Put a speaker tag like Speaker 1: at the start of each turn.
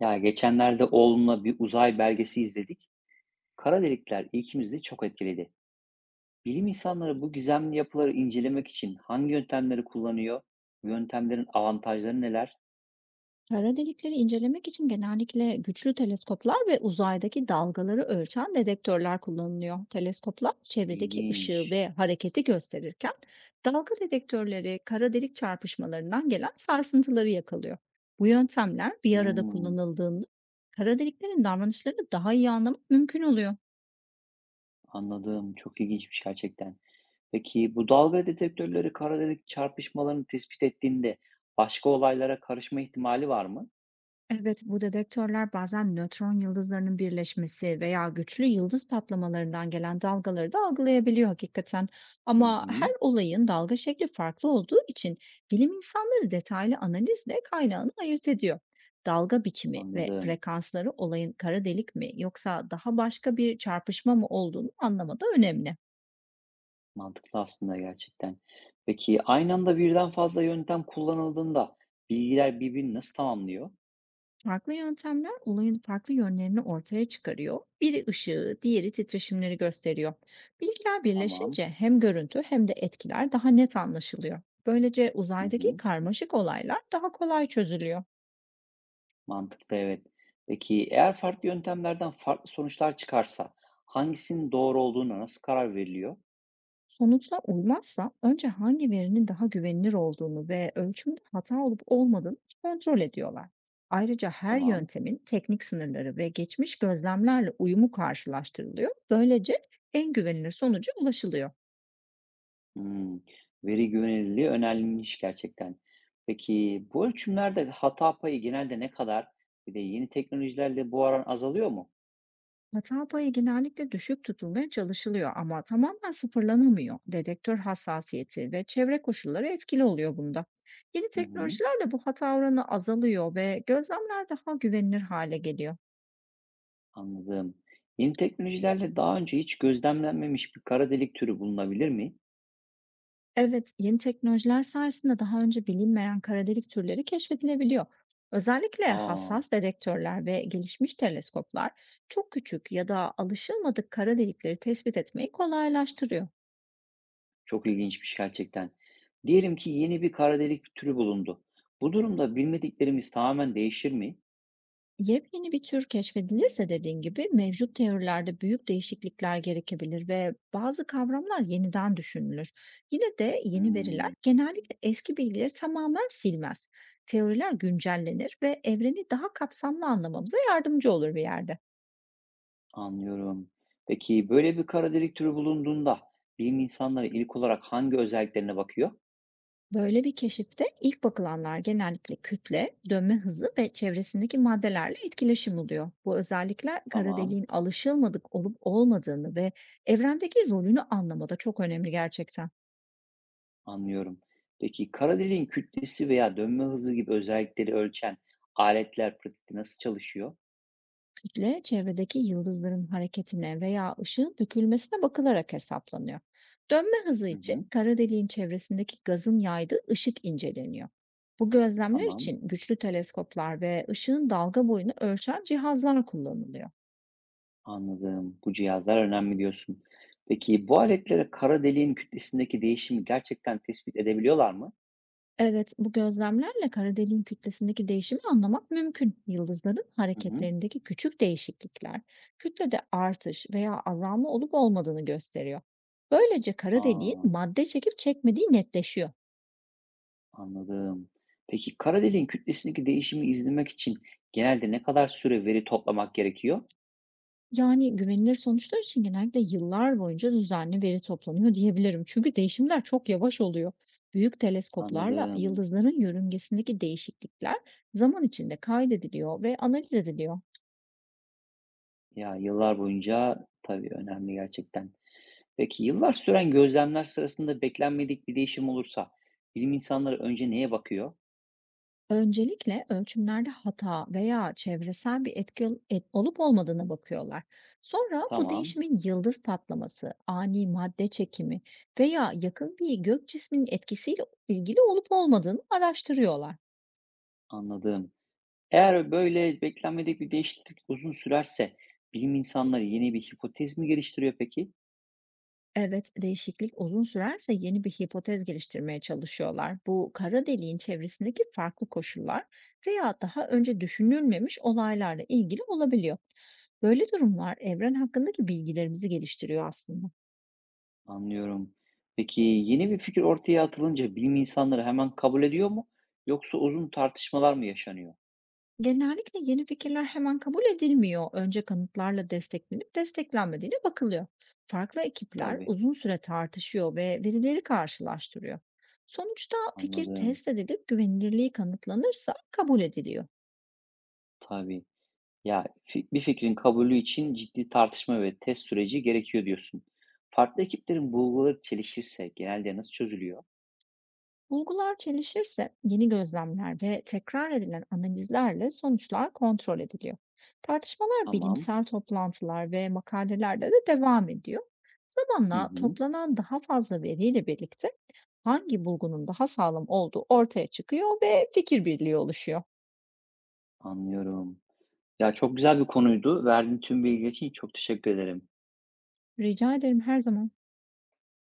Speaker 1: Ya geçenlerde oğlumla bir uzay belgesi izledik. Kara delikler ilkimizi çok etkiledi. Bilim insanları bu gizemli yapıları incelemek için hangi yöntemleri kullanıyor? Bu yöntemlerin avantajları neler?
Speaker 2: Kara delikleri incelemek için genellikle güçlü teleskoplar ve uzaydaki dalgaları ölçen dedektörler kullanılıyor. Teleskoplar çevredeki ışığı
Speaker 1: İlginç.
Speaker 2: ve hareketi gösterirken dalga dedektörleri kara delik çarpışmalarından gelen sarsıntıları yakalıyor. Bu yöntemler bir arada
Speaker 1: Hmm,
Speaker 2: kullanıldığında kara deliklerin davranışlarını daha iyi anlamak mümkün oluyor.
Speaker 1: anladım. Çok ilginçmiş gerçekten. Peki bu dalga detektörleri kara delik çarpışmalarını tespit ettiğinde başka olaylara karışma ihtimali var mı?
Speaker 2: Evet, bu dedektörler bazen nötron yıldızlarının birleşmesi veya güçlü yıldız patlamalarından gelen dalgaları da algılayabiliyor hakikaten.
Speaker 1: Hı
Speaker 2: Ama
Speaker 1: hı,
Speaker 2: her olayın dalga şekli farklı olduğu için bilim insanları detaylı analizle kaynağını ayırt ediyor. Dalga biçimi ve
Speaker 1: anladım.
Speaker 2: frekansları olayın kara delik mi yoksa daha başka bir çarpışma mı olduğunu anlamada önemli.
Speaker 1: Mantıklı aslında gerçekten. Peki aynı anda birden fazla yöntem kullanıldığında bilgiler birbirini nasıl tamamlıyor?
Speaker 2: Farklı yöntemler olayın farklı yönlerini ortaya çıkarıyor. Biri ışığı, diğeri titreşimleri gösteriyor. Bilgiler
Speaker 1: Tamam.
Speaker 2: birleşince hem görüntü hem de etkiler daha net anlaşılıyor. Böylece
Speaker 1: Hı
Speaker 2: uzaydaki
Speaker 1: hı.
Speaker 2: karmaşık olaylar daha kolay çözülüyor.
Speaker 1: Mantıklı evet. Peki eğer farklı yöntemlerden farklı sonuçlar çıkarsa hangisinin doğru olduğuna nasıl karar veriliyor?
Speaker 2: Sonuçla uymazsa önce hangi verinin daha güvenilir olduğunu ve ölçümde hata olup olmadığını kontrol ediyorlar. Ayrıca her
Speaker 1: Tamam.
Speaker 2: yöntemin teknik sınırları ve geçmiş gözlemlerle uyumu karşılaştırılıyor. Böylece en güvenilir sonuca ulaşılıyor.
Speaker 1: Hmm. Veri güvenilirliği önemliymiş gerçekten. Peki bu ölçümlerde hata payı genelde ne kadar? Bir de yeni teknolojilerle bu oran azalıyor mu?
Speaker 2: Hata payı genellikle düşük tutulmaya çalışılıyor ama tamamen sıfırlanamıyor. Dedektör hassasiyeti ve çevre koşulları etkili oluyor bunda. Yeni
Speaker 1: Hı hı.
Speaker 2: teknolojilerle bu hata oranı azalıyor ve gözlemler daha güvenilir hale geliyor.
Speaker 1: Anladım. Yeni teknolojilerle daha önce hiç gözlemlenmemiş bir kara delik türü bulunabilir mi?
Speaker 2: Evet, yeni teknolojiler sayesinde daha önce bilinmeyen kara delik türleri keşfedilebiliyor. Özellikle
Speaker 1: Aa,
Speaker 2: hassas dedektörler ve gelişmiş teleskoplar çok küçük ya da alışılmadık kara delikleri tespit etmeyi kolaylaştırıyor.
Speaker 1: çok ilginçmiş gerçekten. Diyelim ki yeni bir kara delik türü bulundu. Bu durumda bilmediklerimiz tamamen değişir mi?
Speaker 2: Yepyeni bir tür keşfedilirse dediğin gibi mevcut teorilerde büyük değişiklikler gerekebilir ve bazı kavramlar yeniden düşünülür. Yine de yeni veriler
Speaker 1: Hmm,
Speaker 2: genellikle eski bilgileri tamamen silmez. Teoriler güncellenir ve evreni daha kapsamlı anlamamıza yardımcı olur bir yerde.
Speaker 1: anlıyorum. Peki böyle bir kara delik türü bulunduğunda bilim insanları ilk olarak hangi özelliklerine bakıyor?
Speaker 2: Böyle bir keşifte ilk bakılanlar genellikle kütle, dönme hızı ve çevresindeki maddelerle etkileşim oluyor. Bu özellikler kara
Speaker 1: Tamam,
Speaker 2: deliğin alışılmadık olup olmadığını ve evrendeki rolünü anlamada çok önemli gerçekten.
Speaker 1: anlıyorum. Peki kara deliğin kütlesi veya dönme hızı gibi özellikleri ölçen aletler pratikte nasıl çalışıyor?
Speaker 2: Kütle çevredeki yıldızların hareketine veya ışığın dökülmesine bakılarak hesaplanıyor. Dönme hızı
Speaker 1: Hı
Speaker 2: için
Speaker 1: hı,
Speaker 2: kara deliğin çevresindeki gazın yaydığı ışık inceleniyor. Bu gözlemler
Speaker 1: tamam.
Speaker 2: için güçlü teleskoplar ve ışığın dalga boyunu ölçen cihazlar kullanılıyor.
Speaker 1: Anladım. Bu cihazlar önemli diyorsun. Peki bu aletlere kara deliğin kütlesindeki değişimi gerçekten tespit edebiliyorlar mı?
Speaker 2: Evet, bu gözlemlerle kara deliğin kütlesindeki değişimi anlamak mümkün. Yıldızların
Speaker 1: Hı hı.
Speaker 2: hareketlerindeki küçük değişiklikler, kütlede artış veya azalma olup olmadığını gösteriyor. Böylece kara deliğin
Speaker 1: Aa,
Speaker 2: madde çekip çekmediği netleşiyor.
Speaker 1: anladım. Peki kara deliğin kütlesindeki değişimi izlemek için genelde ne kadar süre veri toplamak gerekiyor?
Speaker 2: Yani, güvenilir sonuçlar için genellikle yıllar boyunca düzenli veri toplanıyor diyebilirim. Çünkü değişimler çok yavaş oluyor. Büyük teleskoplarla
Speaker 1: Anladım.
Speaker 2: yıldızların yörüngesindeki değişiklikler zaman içinde kaydediliyor ve analiz ediliyor.
Speaker 1: Ya yıllar boyunca tabii önemli gerçekten. Peki yıllar süren gözlemler sırasında beklenmedik bir değişim olursa bilim insanları önce neye bakıyor?
Speaker 2: Öncelikle ölçümlerde hata veya çevresel bir etki olup olmadığına bakıyorlar. Sonra bu
Speaker 1: Tamam,
Speaker 2: değişimin yıldız patlaması, ani madde çekimi veya yakın bir gök cisminin etkisiyle ilgili olup olmadığını araştırıyorlar.
Speaker 1: anladım. Eğer böyle beklenmedik bir değişiklik uzun sürerse bilim insanları yeni bir hipotez mi geliştiriyor peki?
Speaker 2: Evet, değişiklik uzun sürerse yeni bir hipotez geliştirmeye çalışıyorlar. Bu kara deliğin çevresindeki farklı koşullar veya daha önce düşünülmemiş olaylarla ilgili olabiliyor. Böyle durumlar evren hakkındaki bilgilerimizi geliştiriyor aslında.
Speaker 1: Anlıyorum. Peki yeni bir fikir ortaya atılınca bilim insanları hemen kabul ediyor mu? Yoksa uzun tartışmalar mı yaşanıyor?
Speaker 2: Genellikle yeni fikirler hemen kabul edilmiyor. Önce kanıtlarla desteklenip desteklenmediğine bakılıyor. Farklı ekipler
Speaker 1: Tabii,
Speaker 2: uzun süre tartışıyor ve verileri karşılaştırıyor. Sonuçta fikir
Speaker 1: anladım.
Speaker 2: test edilip güvenilirliği kanıtlanırsa kabul ediliyor.
Speaker 1: Tabii. Ya bir fikrin kabulü için ciddi tartışma ve test süreci gerekiyor diyorsun. Farklı ekiplerin bulguları çelişirse genelde nasıl çözülüyor?
Speaker 2: Bulgular çelişirse yeni gözlemler ve tekrar edilen analizlerle sonuçlar kontrol ediliyor. Tartışmalar
Speaker 1: Tamam.
Speaker 2: bilimsel toplantılar ve makalelerde de devam ediyor.
Speaker 1: Hı
Speaker 2: Zamanla
Speaker 1: hı,
Speaker 2: toplanan daha fazla veriyle birlikte hangi bulgunun daha sağlam olduğu ortaya çıkıyor ve fikir birliği oluşuyor.
Speaker 1: anlıyorum. Ya, çok güzel bir konuydu. Verdiğin tüm bilgi için çok teşekkür ederim.
Speaker 2: Rica ederim her zaman.